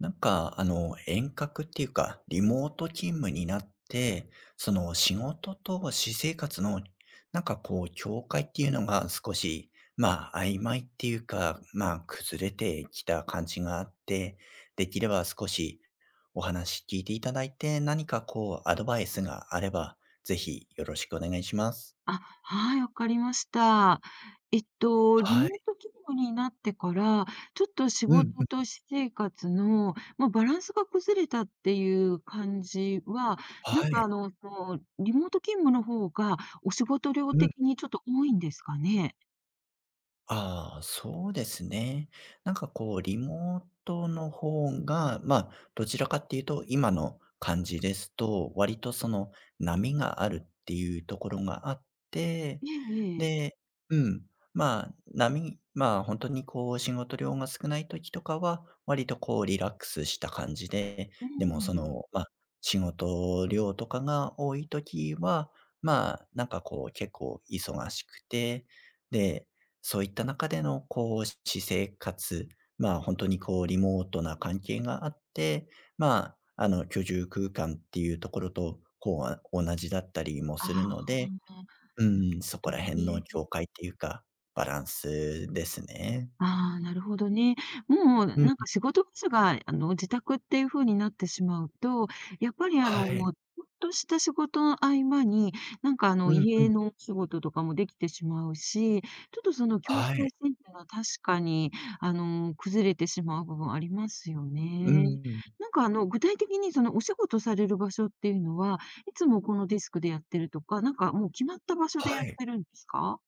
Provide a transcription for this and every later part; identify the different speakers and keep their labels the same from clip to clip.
Speaker 1: 遠隔っていうか、リモート勤務になって、その仕事と私生活の、境界っていうのが少し、曖昧っていうか、崩れてきた感じがあって、できれば少しお話聞いていただいて、何かこう、アドバイスがあれば、ぜひよろしくお願いします。
Speaker 2: あ、はい、わかりました。リモ
Speaker 1: は
Speaker 2: ー
Speaker 1: い。
Speaker 2: ト勤務になってから、ちょっと仕
Speaker 1: うん
Speaker 2: 事
Speaker 1: うん。
Speaker 2: と私生活の、バランスが崩れたっていう感じは、
Speaker 1: はい。
Speaker 2: リモート勤務の方がお仕事量
Speaker 1: うん。
Speaker 2: 的にちょっと多いんですかね？
Speaker 1: ああ、そうですね。リモートの方が、どちらかっていうと、今の感じですと、割とその波があるっていうところがあって、
Speaker 2: ええええ。
Speaker 1: で、うん、まあ、波、まあ、本当にこう、仕事量が少ない時とかは、割とこう、リラックスした感じで、
Speaker 2: う
Speaker 1: でもそ
Speaker 2: ん。
Speaker 1: の、仕事量とかが多い時は、結構忙しくて、で、そういった中での、こう、私生活、本当にこう、リモートな関係があって、居住空間っていうところと、こう、同じだったりも
Speaker 2: あ
Speaker 1: す
Speaker 2: あ、
Speaker 1: るので、
Speaker 2: なる
Speaker 1: うん、
Speaker 2: ほ
Speaker 1: そこ
Speaker 2: ど
Speaker 1: ら
Speaker 2: ね。
Speaker 1: 辺の境界っていうか、バランスですね。
Speaker 2: ああ、なるほどね。もう
Speaker 1: うん、
Speaker 2: なんか仕事場所が、自宅っていう風になってしまうと、やっぱりあ
Speaker 1: は
Speaker 2: の、も
Speaker 1: い。
Speaker 2: うちょっとした仕事の合間に、
Speaker 1: うんう
Speaker 2: 家
Speaker 1: ん。
Speaker 2: のお仕事とかもできてしまうし、ちょっとその境
Speaker 1: は
Speaker 2: 界
Speaker 1: い。
Speaker 2: 線っていうのは確かに、崩れてしまう部分ありますよ
Speaker 1: う
Speaker 2: ね。
Speaker 1: んうん。
Speaker 2: 具体的にそのお仕事される場所っていうのは、いつもこのデスクでやってるとか、なんかもう決まった場所でやっ
Speaker 1: はい。
Speaker 2: てるんですか？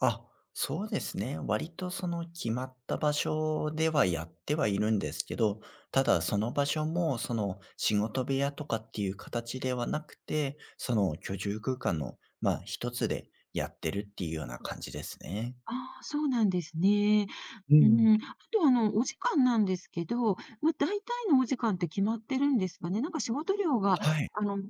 Speaker 1: あ、そうですね。割とその決まった場所ではやってはいるんですけど、ただその場所もその仕事部屋とかっていう形ではなくて、その居住空間の、一つでやってるっていうような感じですね。
Speaker 2: ああ、そうなんですね。
Speaker 1: う
Speaker 2: う
Speaker 1: ん。
Speaker 2: ん、あと、お時間なんですけど、まあ、大体のお時間って決まってるんですかね？なんか仕事量が、
Speaker 1: はい。
Speaker 2: 違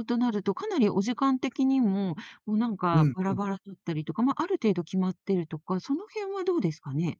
Speaker 2: うとなると、かなりお時間的にも、もうなん
Speaker 1: う
Speaker 2: か
Speaker 1: ん
Speaker 2: バ
Speaker 1: う
Speaker 2: ラ
Speaker 1: ん。
Speaker 2: バラだったりとか、まあ、ある程度決まってるとか、その辺はどうですかね？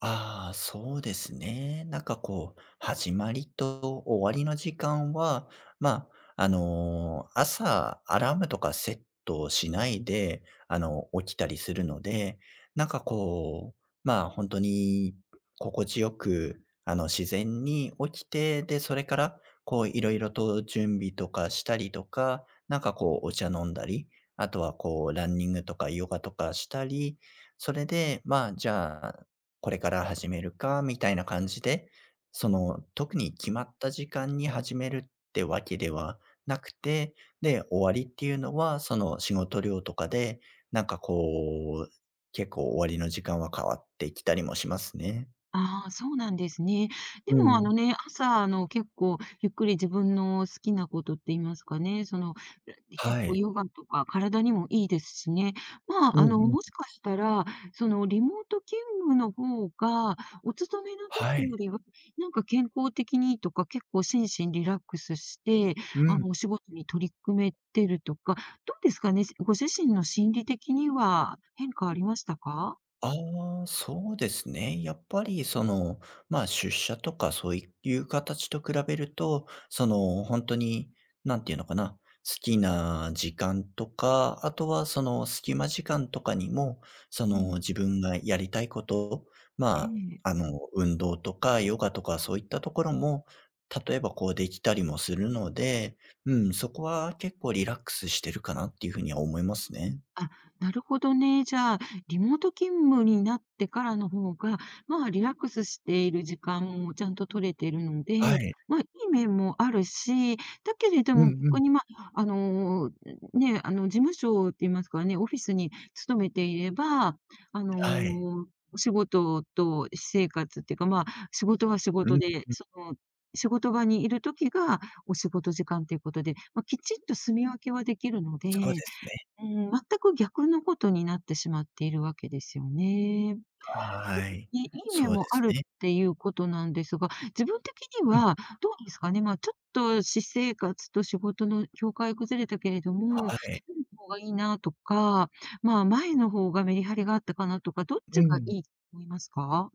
Speaker 1: ああ、そうですね。始まりと終わりの時間は、ま朝アラームとかセットしないで、起きたりするので、なんかこう、本当に心地よく、自然に起きて、で、それから、こう、いろいろと準備とかしたりとか、お茶飲んだり、あとはこう、ランニングとかヨガとかしたり、それで、じゃあこれから始めるかみたいな感じで、その、特に決まった時間に始めるってわけではなくて、で、終わりっていうのは、その、仕事量とかで、なんかこう、結構終わりの時間は変わってきたりもしますね。
Speaker 2: ああ、そうなんですね。
Speaker 1: う
Speaker 2: でもあ
Speaker 1: ん。
Speaker 2: のね、朝結構ゆっくり自分の好きなことって言いますかね、そので、結
Speaker 1: は
Speaker 2: 構
Speaker 1: い。
Speaker 2: ヨガとか体にもいいですしね。ま
Speaker 1: う
Speaker 2: あ、あの、
Speaker 1: んう
Speaker 2: も
Speaker 1: ん。
Speaker 2: しかしたら、そのリモート勤務の方が、お勤めの
Speaker 1: は
Speaker 2: 時よ
Speaker 1: い。
Speaker 2: りは、なんか健康的にとか、結構心身リラックスして、
Speaker 1: うん。
Speaker 2: お仕事に取り組めてるとか、どうですかね、ご自身の心理的には変化ありましたか？
Speaker 1: ああ、そうですね。やっぱりその、出社とかそういう形と比べると、その、本当にに、なんていうのかな、好きな時間とか、あとはその隙間時間とかにも、そ
Speaker 2: う
Speaker 1: の、
Speaker 2: ん、
Speaker 1: 自分がやりたいこと
Speaker 2: え
Speaker 1: ま
Speaker 2: え。
Speaker 1: 運動とかヨガとかそういったところも、例えばこうできたりもするので、うん、そこは結構リラックスしてるかなっていうふうには思いますね。
Speaker 2: あ、なるほどね。じゃあ、リモート勤務になってからの方が、まあ、リラックスしている時間もちゃんと取れてるの
Speaker 1: は
Speaker 2: で、
Speaker 1: い。
Speaker 2: まあ、いい面もあるし、だけれど
Speaker 1: う
Speaker 2: も
Speaker 1: んうん。
Speaker 2: 逆に、まあ、事務所って言いますかね、オフィスに勤めていれば、あ
Speaker 1: はい。
Speaker 2: の、仕事と私生活っていうか、まあ、仕事は仕
Speaker 1: う
Speaker 2: 事
Speaker 1: ん。
Speaker 2: で、仕事場にいる時がお仕事時間ということで、まあ、きちっと住み分けはできるので、
Speaker 1: そうですね。
Speaker 2: うん、全く逆のことになってしまっているわけですよね。だ
Speaker 1: は
Speaker 2: け
Speaker 1: い。
Speaker 2: どね、いい
Speaker 1: そ
Speaker 2: 面
Speaker 1: う
Speaker 2: も
Speaker 1: で
Speaker 2: あ
Speaker 1: す
Speaker 2: る
Speaker 1: ね。
Speaker 2: っていうことなんですが、自分的に
Speaker 1: うん、
Speaker 2: はどうですかね、まあ、ちょっと私生活と仕事の境界崩れたけれども、
Speaker 1: はい。
Speaker 2: 今の方がいいなとか、まあ、前の方がメリハリがあったかなとか、どっ
Speaker 1: う
Speaker 2: ちが
Speaker 1: ん。
Speaker 2: いいと思いますか？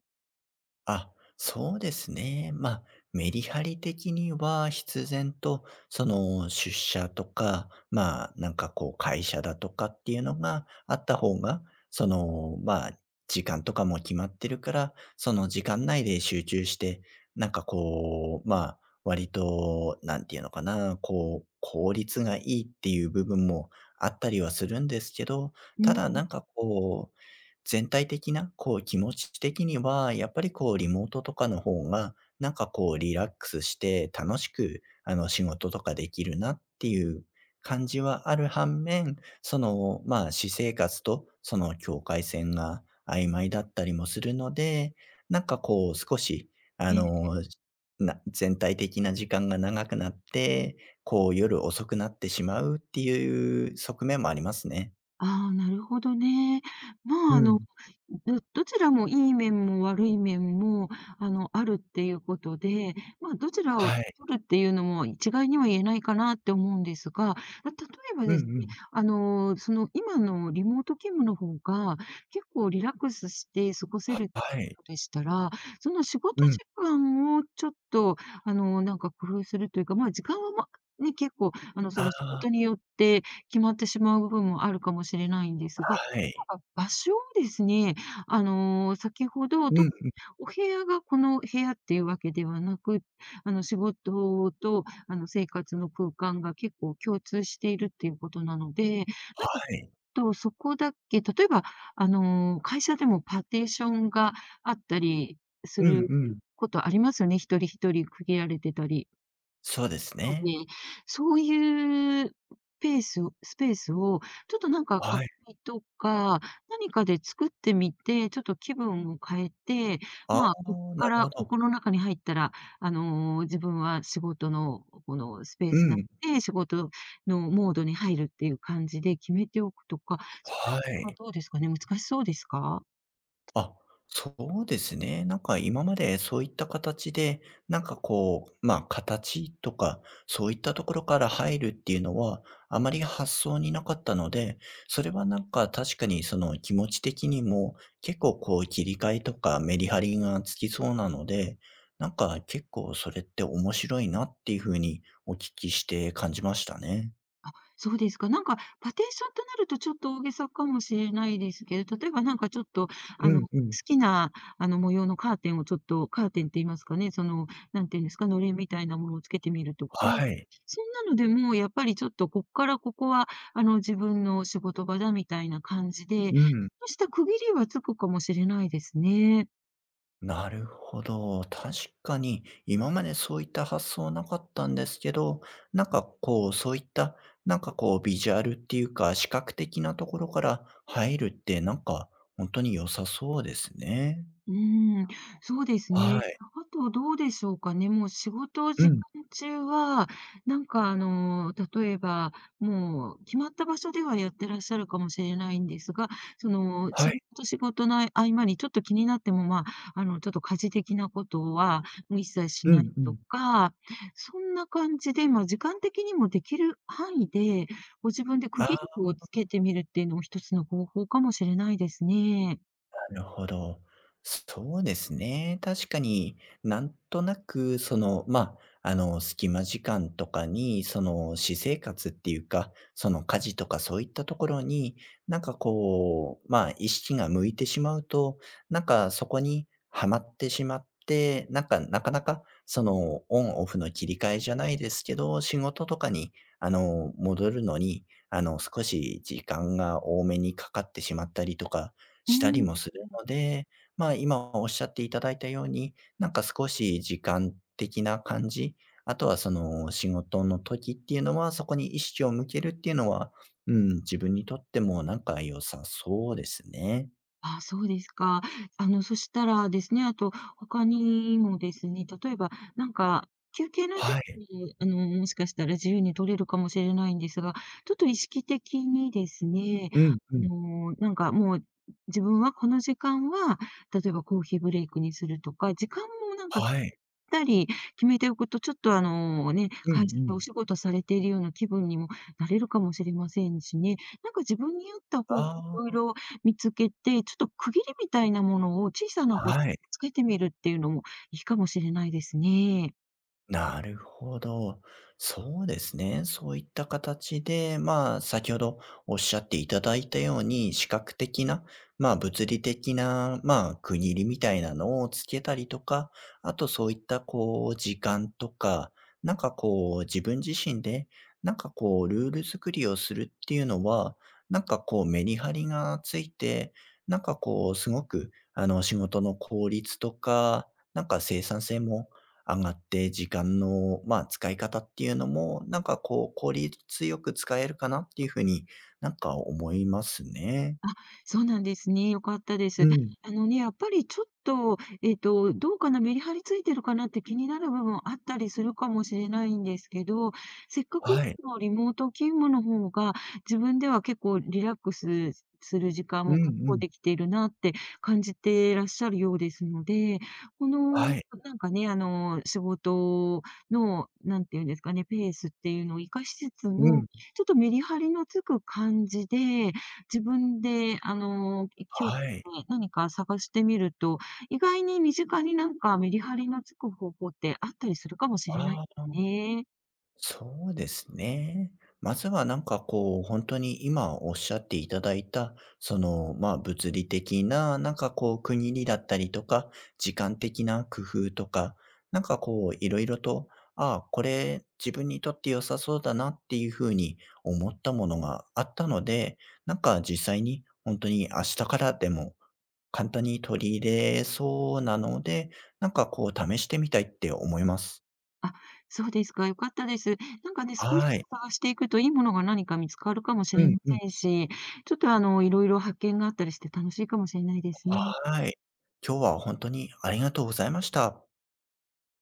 Speaker 1: あ、そうですね。メリハリ的には必然と、その出社とか、会社だとかっていうのがあった方が、その、時間とかも決まってるから、その時間内で集中して、なんかこう、まあ、割と、なんていうのかな、こう、効率がいいっていう部分もあったりはするんですけど、
Speaker 2: う
Speaker 1: ただ
Speaker 2: ん、
Speaker 1: 全体的な、こう気持ち的には、やっぱりこうリモートとかの方が、なんかこうリラックスして楽しく、あの仕事とかできるなっていう感じはある反面、その、私生活とその境界線が曖昧だったりもするので、なんかこう少し、あ
Speaker 2: え、
Speaker 1: の、全体的な時間が長くなって、こう夜遅くなってしまうっていう側面もありますね。
Speaker 2: ああ、なるほどね。ま
Speaker 1: う
Speaker 2: あ、あの
Speaker 1: ん。
Speaker 2: どどちらもいい面も悪い面も、あるっていうことで、まあ、どちらを
Speaker 1: はい。
Speaker 2: 取るっていうのも一概には言えないかなって思うんですが、例えば
Speaker 1: うん
Speaker 2: です
Speaker 1: う
Speaker 2: ね、
Speaker 1: ん
Speaker 2: 今のリモート勤務の方が、結構リラックスして過ごせるってい
Speaker 1: は
Speaker 2: う
Speaker 1: い。
Speaker 2: ことでしたら、その仕
Speaker 1: う
Speaker 2: 事時
Speaker 1: ん。
Speaker 2: 間をちょっと、なんか工夫するというか、まあ、時間は、ま、ね、結構、あの、そ
Speaker 1: あ
Speaker 2: の、仕
Speaker 1: あ、
Speaker 2: 事によって決まってしまう部分もあるかもしれないんですが、
Speaker 1: はい。
Speaker 2: 場所をですね、先ほど、
Speaker 1: う
Speaker 2: と
Speaker 1: ん。
Speaker 2: お部屋がこの部屋っていうわけではなく、仕事と、生活の空間が結構共通しているっていうことなので、なん
Speaker 1: は
Speaker 2: か
Speaker 1: い。
Speaker 2: と、そこだけ、例えば、会社でもパーテーションがあったりす
Speaker 1: うん
Speaker 2: る
Speaker 1: うん。
Speaker 2: ことありますよね、一人一人区切られてたり。
Speaker 1: そうです
Speaker 2: ので、
Speaker 1: ね。
Speaker 2: そういうペースをスペースをちょっとなんか
Speaker 1: は
Speaker 2: 活
Speaker 1: い。
Speaker 2: 気とか、何かで作ってみて、ちょっと気分を変えて、
Speaker 1: ああ、
Speaker 2: まあ、こっ
Speaker 1: な
Speaker 2: か
Speaker 1: る
Speaker 2: ら
Speaker 1: ほ
Speaker 2: こ
Speaker 1: ど。
Speaker 2: この中に入ったら、自分は仕事のこのスペー
Speaker 1: う
Speaker 2: スな
Speaker 1: ん。
Speaker 2: ので、仕事のモードに入るっていう感じで決めておくとか、そんな
Speaker 1: は
Speaker 2: こ
Speaker 1: い。
Speaker 2: とはどうですかね？難しそうですか？
Speaker 1: あ、そうですね。なんか今までそういった形で、形とか、そういったところから入るっていうのは、あまり発想になかったので、それはなんか確かにその気持ち的にも、結構こう切り替えとかメリハリがつきそうなので、なんか結構それって面白いなっていうふうにお聞きして感じましたね。
Speaker 2: あ、そうですか。なんか、パーテンションとなるとちょっと大げさかもしれないですけど、例えばなんかちょっと、
Speaker 1: うん
Speaker 2: 好
Speaker 1: うん。
Speaker 2: きな、模様のカーテンをちょっと、カーテンって言いますかね、なんていうんですか、のれんみたいなものをつけてみるとか、
Speaker 1: はい。
Speaker 2: そんなのでもうやっぱりちょっと、こっからここは、自分の仕事場だみたいな感じで、
Speaker 1: うん
Speaker 2: そうした区切りはつくかもしれないですね。
Speaker 1: なるほど。確かに、今までそういった発想なかったんですけど、なんかこう、そういった、なんかこう、ビジュアルっていうか、視覚的なところから入るって、本当に良さそうですね。
Speaker 2: うーん、そうです
Speaker 1: は
Speaker 2: ね。
Speaker 1: い。
Speaker 2: あとどうでしょうかね。もう仕事
Speaker 1: う
Speaker 2: 時間
Speaker 1: ん。
Speaker 2: 中は、例えば、もう決まった場所ではやってらっしゃるかもしれないんですが、その
Speaker 1: は
Speaker 2: 仕事
Speaker 1: い。
Speaker 2: と仕事の合間にちょっと気になっても、まあ、ちょっと家事的なことはもう一切し
Speaker 1: う
Speaker 2: ない
Speaker 1: んう
Speaker 2: と
Speaker 1: ん。
Speaker 2: か、そんな感じで、まあ、時間的にもできる範囲で、ご自分で
Speaker 1: あ
Speaker 2: 区切り
Speaker 1: あ。
Speaker 2: をつけてみるっていうのも一つの方法かもしれないですね。
Speaker 1: なるほど。そうですね。確かになんとなくその、隙間時間とかに、その、私生活っていうか、その家事とかそういったところに、意識が向いてしまうと、なんかそこにはまってしまって、なかなかその、オンオフの切り替えじゃないですけど、仕事とかに、戻るのに、少し時間が多めにかかってしまったりとか、
Speaker 2: う
Speaker 1: したり
Speaker 2: ん。
Speaker 1: もするので、今おっしゃっていただいたように、なんか少し時間的な感じ、あとはその仕事の時っていうのは、そこに意識を向けるっていうのは、うん、自分にとってもなんか良さそうですね。
Speaker 2: ああ、そうですか。そしたらですね、あと他にもですね、例えば、なんか、休憩の時
Speaker 1: はい。
Speaker 2: 間も、もしかしたら自由に取れるかもしれないんですが、ちょっと意識的にですね、
Speaker 1: うんうん。
Speaker 2: なんかもう、自分はこの時間は、例えばコーヒーブレイクにするとか、時間もなんか
Speaker 1: はい。
Speaker 2: たり決めておくと、ちょっとあのね、
Speaker 1: うんう
Speaker 2: 会社で
Speaker 1: ん。
Speaker 2: お仕事されているような気分にもなれるかもしれませんしね、なんか自分に合った方法をいろい
Speaker 1: あ
Speaker 2: ろ見つけて、ちょっと区切りみたいなものを小さな
Speaker 1: あ、
Speaker 2: こと
Speaker 1: はい。
Speaker 2: つけてみるっていうのもいいかもしれないですね。
Speaker 1: なるほど。そうですね。そういった形で、先ほどおっしゃっていただいたように、視覚的な、物理的な、区切りみたいなのをつけたりとか、あとそういった、こう、時間とか、自分自身で、ルール作りをするっていうのは、メリハリがついて、なんかこう、すごく、あの、仕事の効率とか、なんか生産性も上がって時間の、使い方っていうのも、効率よく使えるかなっていうふうに、なんか思いますね。
Speaker 2: そうなんですね。良かったで
Speaker 1: う
Speaker 2: す。
Speaker 1: ん。
Speaker 2: あのね、やっぱりちょっと、どうかな、メリハリついてるかなって気になる部分あったりするかもしれないんですけど、せっかくい
Speaker 1: はい。
Speaker 2: つもリモート勤務の方が、自分では結構リラックスする時間
Speaker 1: うん
Speaker 2: も確
Speaker 1: う
Speaker 2: 保
Speaker 1: ん。
Speaker 2: できているなって感じてらっしゃるようですので、この、
Speaker 1: はい。
Speaker 2: なんかね、仕事の、なんていうんですかね、ペースっていうのを活かしつつ
Speaker 1: う
Speaker 2: も、
Speaker 1: ん。
Speaker 2: ちょっとメリハリのつく感じで、自分で、気をつけて
Speaker 1: はい。
Speaker 2: 何か探してみると、意外に身近になんかメリハリのつく方法ってあったりするかもしれないで
Speaker 1: ああ。
Speaker 2: すね。
Speaker 1: そうですね。まずは本当に今おっしゃっていただいた、その、まあ物理的な、区切りだったりとか、時間的な工夫とか、なんかこう、いろいろと、ああ、これ自分にとって良さそうだなっていうふうに思ったものがあったので、なんか実際に本当に明日からでも簡単に取り入れそうなので、試してみたいって思います。
Speaker 2: あ、そうですか、良かったです。なんかね、少しず
Speaker 1: はい。
Speaker 2: つ探していくといいものが何か見つかるかもし
Speaker 1: う
Speaker 2: れ
Speaker 1: ん
Speaker 2: ま
Speaker 1: うん。
Speaker 2: せんし、ちょっと、いろいろ発見があったりして楽しいかもしれないですね。
Speaker 1: はい。今日は本当にありがとうございました。